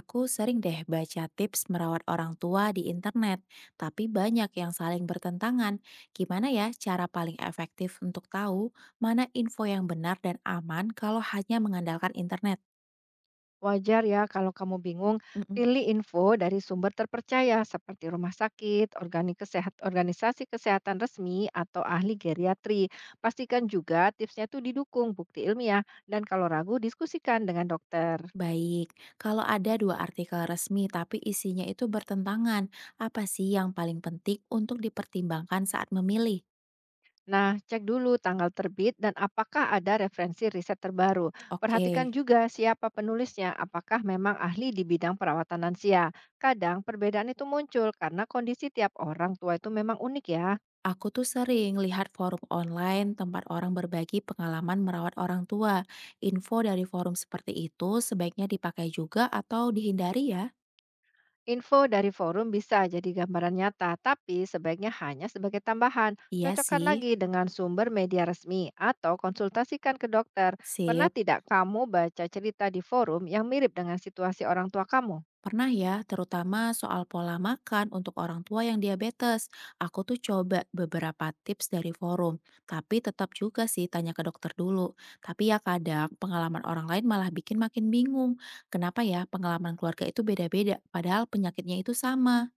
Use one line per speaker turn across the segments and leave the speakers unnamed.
Aku sering deh baca tips merawat orang tua di internet, tapi banyak yang saling bertentangan. Gimana ya cara paling efektif untuk tahu mana info yang benar dan aman kalau hanya mengandalkan internet?
Wajar ya kalau kamu bingung,
Mm-mm.
pilih info dari sumber terpercaya seperti rumah sakit, organisasi kesehatan resmi, atau ahli geriatri. Pastikan juga tipsnya tuh didukung bukti ilmiah dan kalau ragu diskusikan dengan dokter.
Baik, kalau ada dua artikel resmi tapi isinya itu bertentangan, apa sih yang paling penting untuk dipertimbangkan saat memilih?
Nah, cek dulu tanggal terbit dan apakah ada referensi riset terbaru. Perhatikan
Oke.
juga siapa penulisnya, apakah memang ahli di bidang perawatan lansia. Kadang perbedaan itu muncul karena kondisi tiap orang tua itu memang unik ya.
Aku tuh sering lihat forum online tempat orang berbagi pengalaman merawat orang tua. Info dari forum seperti itu sebaiknya dipakai juga atau dihindari ya?
Info dari forum bisa jadi gambaran nyata, tapi sebaiknya hanya sebagai tambahan.
Iya
Cocokkan
sih.
lagi dengan sumber media resmi atau konsultasikan ke dokter. Pernah
Sip.
tidak kamu baca cerita di forum yang mirip dengan situasi orang tua kamu?
Pernah ya, terutama soal pola makan untuk orang tua yang diabetes. Aku tuh coba beberapa tips dari forum, tapi tetap juga sih tanya ke dokter dulu. Tapi ya kadang pengalaman orang lain malah bikin makin bingung. Kenapa ya pengalaman keluarga itu beda-beda, padahal penyakitnya itu sama.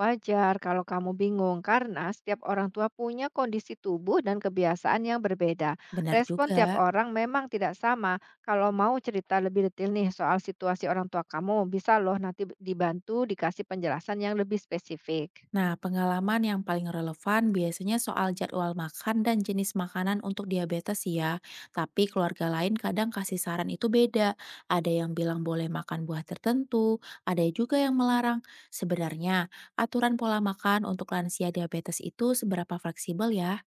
Wajar kalau kamu bingung karena setiap orang tua punya kondisi tubuh dan kebiasaan yang berbeda.
Benar
Respon tiap
juga.
orang memang tidak sama. Kalau mau cerita lebih detail nih soal situasi orang tua kamu, bisa loh nanti dibantu dikasih penjelasan yang lebih spesifik.
Nah, pengalaman yang paling relevan biasanya soal jadwal makan dan jenis makanan untuk diabetes sih ya. Tapi keluarga lain kadang kasih saran itu beda. Ada yang bilang boleh makan buah tertentu, ada juga yang melarang. Sebenarnya, aturan pola makan untuk lansia diabetes itu seberapa fleksibel ya?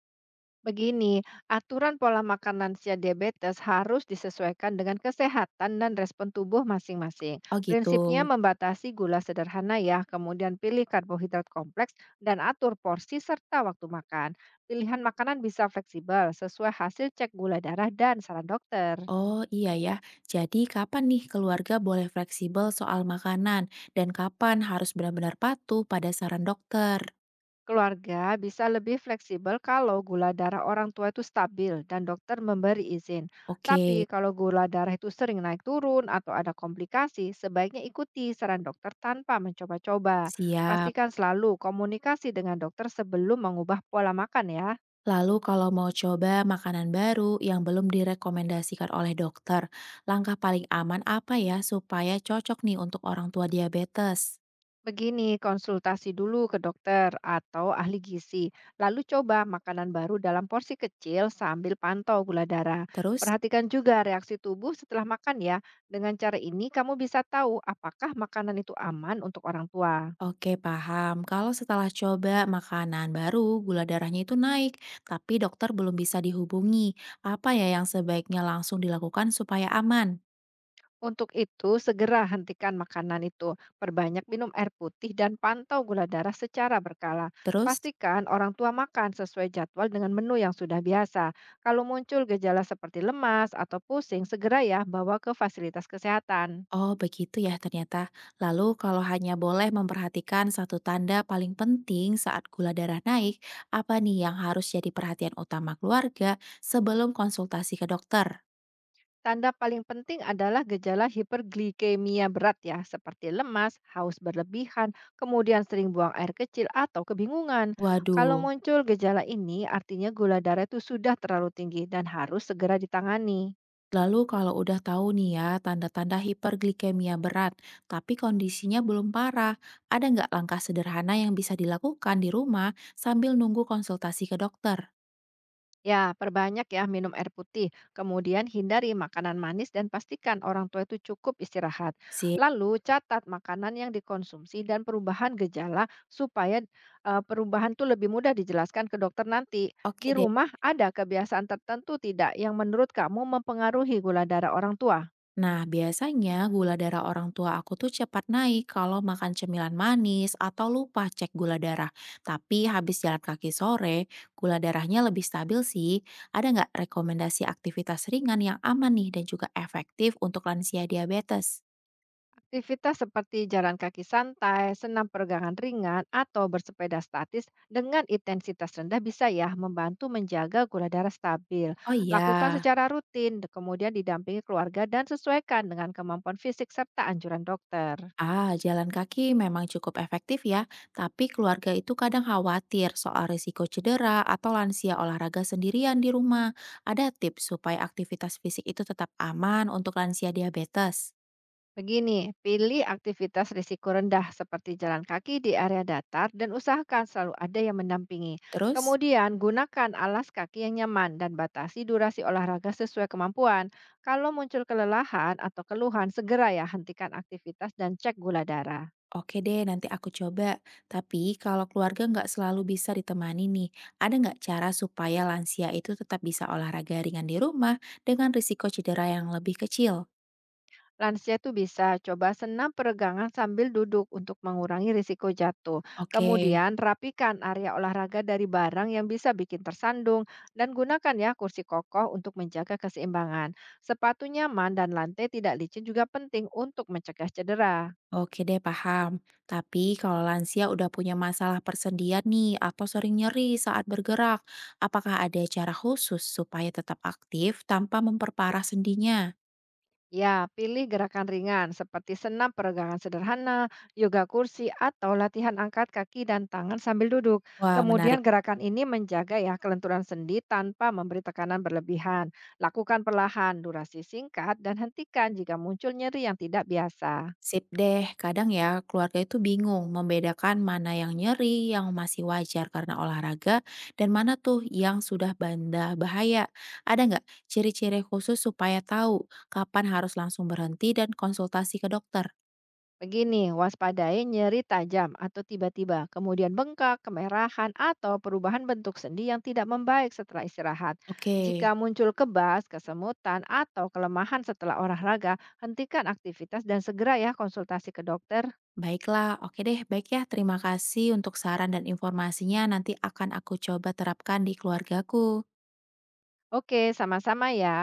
Begini, aturan pola makan lansia diabetes harus disesuaikan dengan kesehatan dan respon tubuh masing-masing.
Oh gitu.
Prinsipnya membatasi gula sederhana ya, kemudian pilih karbohidrat kompleks dan atur porsi serta waktu makan. Pilihan makanan bisa fleksibel sesuai hasil cek gula darah dan saran dokter.
Oh iya ya, jadi kapan nih keluarga boleh fleksibel soal makanan dan kapan harus benar-benar patuh pada saran dokter?
Keluarga bisa lebih fleksibel kalau gula darah orang tua itu stabil dan dokter memberi izin.
Oke,
Tapi kalau gula darah itu sering naik turun atau ada komplikasi, sebaiknya ikuti saran dokter tanpa mencoba-coba.
siap.
Pastikan selalu komunikasi dengan dokter sebelum mengubah pola makan ya.
Lalu kalau mau coba makanan baru yang belum direkomendasikan oleh dokter, langkah paling aman apa ya supaya cocok nih untuk orang tua diabetes?
Begini, konsultasi dulu ke dokter atau ahli gizi, lalu coba makanan baru dalam porsi kecil sambil pantau gula darah.
Terus,
Perhatikan juga reaksi tubuh setelah makan ya. Dengan cara ini kamu bisa tahu apakah makanan itu aman untuk orang tua.
oke paham, kalau setelah coba makanan baru gula darahnya itu naik, tapi dokter belum bisa dihubungi, apa ya yang sebaiknya langsung dilakukan supaya aman?
Untuk itu, segera hentikan makanan itu. Perbanyak minum air putih dan pantau gula darah secara berkala.
Terus?
Pastikan orang tua makan sesuai jadwal dengan menu yang sudah biasa. Kalau muncul gejala seperti lemas atau pusing, segera ya bawa ke fasilitas kesehatan.
Oh, begitu ya ternyata. Lalu kalau hanya boleh memperhatikan satu tanda paling penting saat gula darah naik, apa nih yang harus jadi perhatian utama keluarga sebelum konsultasi ke dokter?
Tanda paling penting adalah gejala hiperglikemia berat ya, seperti lemas, haus berlebihan, kemudian sering buang air kecil atau kebingungan. Kalau
Waduh,
muncul gejala ini, artinya gula darah itu sudah terlalu tinggi dan harus segera ditangani.
lalu kalau udah tahu nih ya tanda-tanda hiperglikemia berat, tapi kondisinya belum parah, ada nggak langkah sederhana yang bisa dilakukan di rumah sambil nunggu konsultasi ke dokter?
Ya, perbanyak ya minum air putih. Kemudian hindari makanan manis dan pastikan orang tua itu cukup istirahat.
Sih.
Lalu catat makanan yang dikonsumsi dan perubahan gejala supaya perubahan itu lebih mudah dijelaskan ke dokter nanti. Di
Oke deh.
rumah ada kebiasaan tertentu tidak yang menurut kamu mempengaruhi gula darah orang tua?
Nah, biasanya gula darah orang tua aku tuh cepat naik kalau makan cemilan manis atau lupa cek gula darah. Tapi habis jalan kaki sore, gula darahnya lebih stabil sih. Ada nggak rekomendasi aktivitas ringan yang aman nih dan juga efektif untuk lansia diabetes?
Aktivitas seperti jalan kaki santai, senam peregangan ringan, atau bersepeda statis dengan intensitas rendah bisa ya membantu menjaga gula darah stabil.
Oh
Lakukan
iya,
secara rutin, kemudian didampingi keluarga dan sesuaikan dengan kemampuan fisik serta anjuran dokter.
ah, jalan kaki memang cukup efektif ya, tapi keluarga itu kadang khawatir soal risiko cedera atau lansia olahraga sendirian di rumah. Ada tips supaya aktivitas fisik itu tetap aman untuk lansia diabetes.
Begini, pilih aktivitas risiko rendah seperti jalan kaki di area datar dan usahakan selalu ada yang mendampingi.
Terus,
Kemudian, gunakan alas kaki yang nyaman dan batasi durasi olahraga sesuai kemampuan. Kalau muncul kelelahan atau keluhan, segera ya hentikan aktivitas dan cek gula darah.
oke deh nanti aku coba. Tapi kalau keluarga nggak selalu bisa ditemani nih, ada nggak cara supaya lansia itu tetap bisa olahraga ringan di rumah dengan risiko cedera yang lebih kecil?
Lansia itu bisa coba senam peregangan sambil duduk untuk mengurangi risiko jatuh.
Oke.
Kemudian rapikan area olahraga dari barang yang bisa bikin tersandung dan gunakan ya kursi kokoh untuk menjaga keseimbangan. Sepatu nyaman dan lantai tidak licin juga penting untuk mencegah cedera.
Oke deh, paham. Tapi kalau lansia udah punya masalah persendian nih atau sering nyeri saat bergerak, apakah ada cara khusus supaya tetap aktif tanpa memperparah sendinya?
Ya, pilih gerakan ringan seperti senam peregangan sederhana, yoga kursi, atau latihan angkat kaki dan tangan sambil duduk.
Wah,
Kemudian
menarik.
gerakan ini menjaga ya kelenturan sendi tanpa memberi tekanan berlebihan. Lakukan perlahan, durasi singkat, dan hentikan jika muncul nyeri yang tidak biasa.
Sip deh, kadang ya keluarga itu bingung membedakan mana yang nyeri yang masih wajar karena olahraga dan mana tuh yang sudah benda bahaya. Ada nggak ciri-ciri khusus supaya tahu kapan harus langsung berhenti dan konsultasi ke dokter?
Begini, waspadai nyeri tajam atau tiba-tiba, kemudian bengkak, kemerahan, atau perubahan bentuk sendi yang tidak membaik setelah istirahat.
Oke.
Jika muncul kebas, kesemutan, atau kelemahan setelah olahraga, hentikan aktivitas dan segera ya konsultasi ke dokter.
Baiklah, oke deh. Baik ya, terima kasih untuk saran dan informasinya. Nanti akan aku coba terapkan di keluargaku.
Oke, sama-sama ya.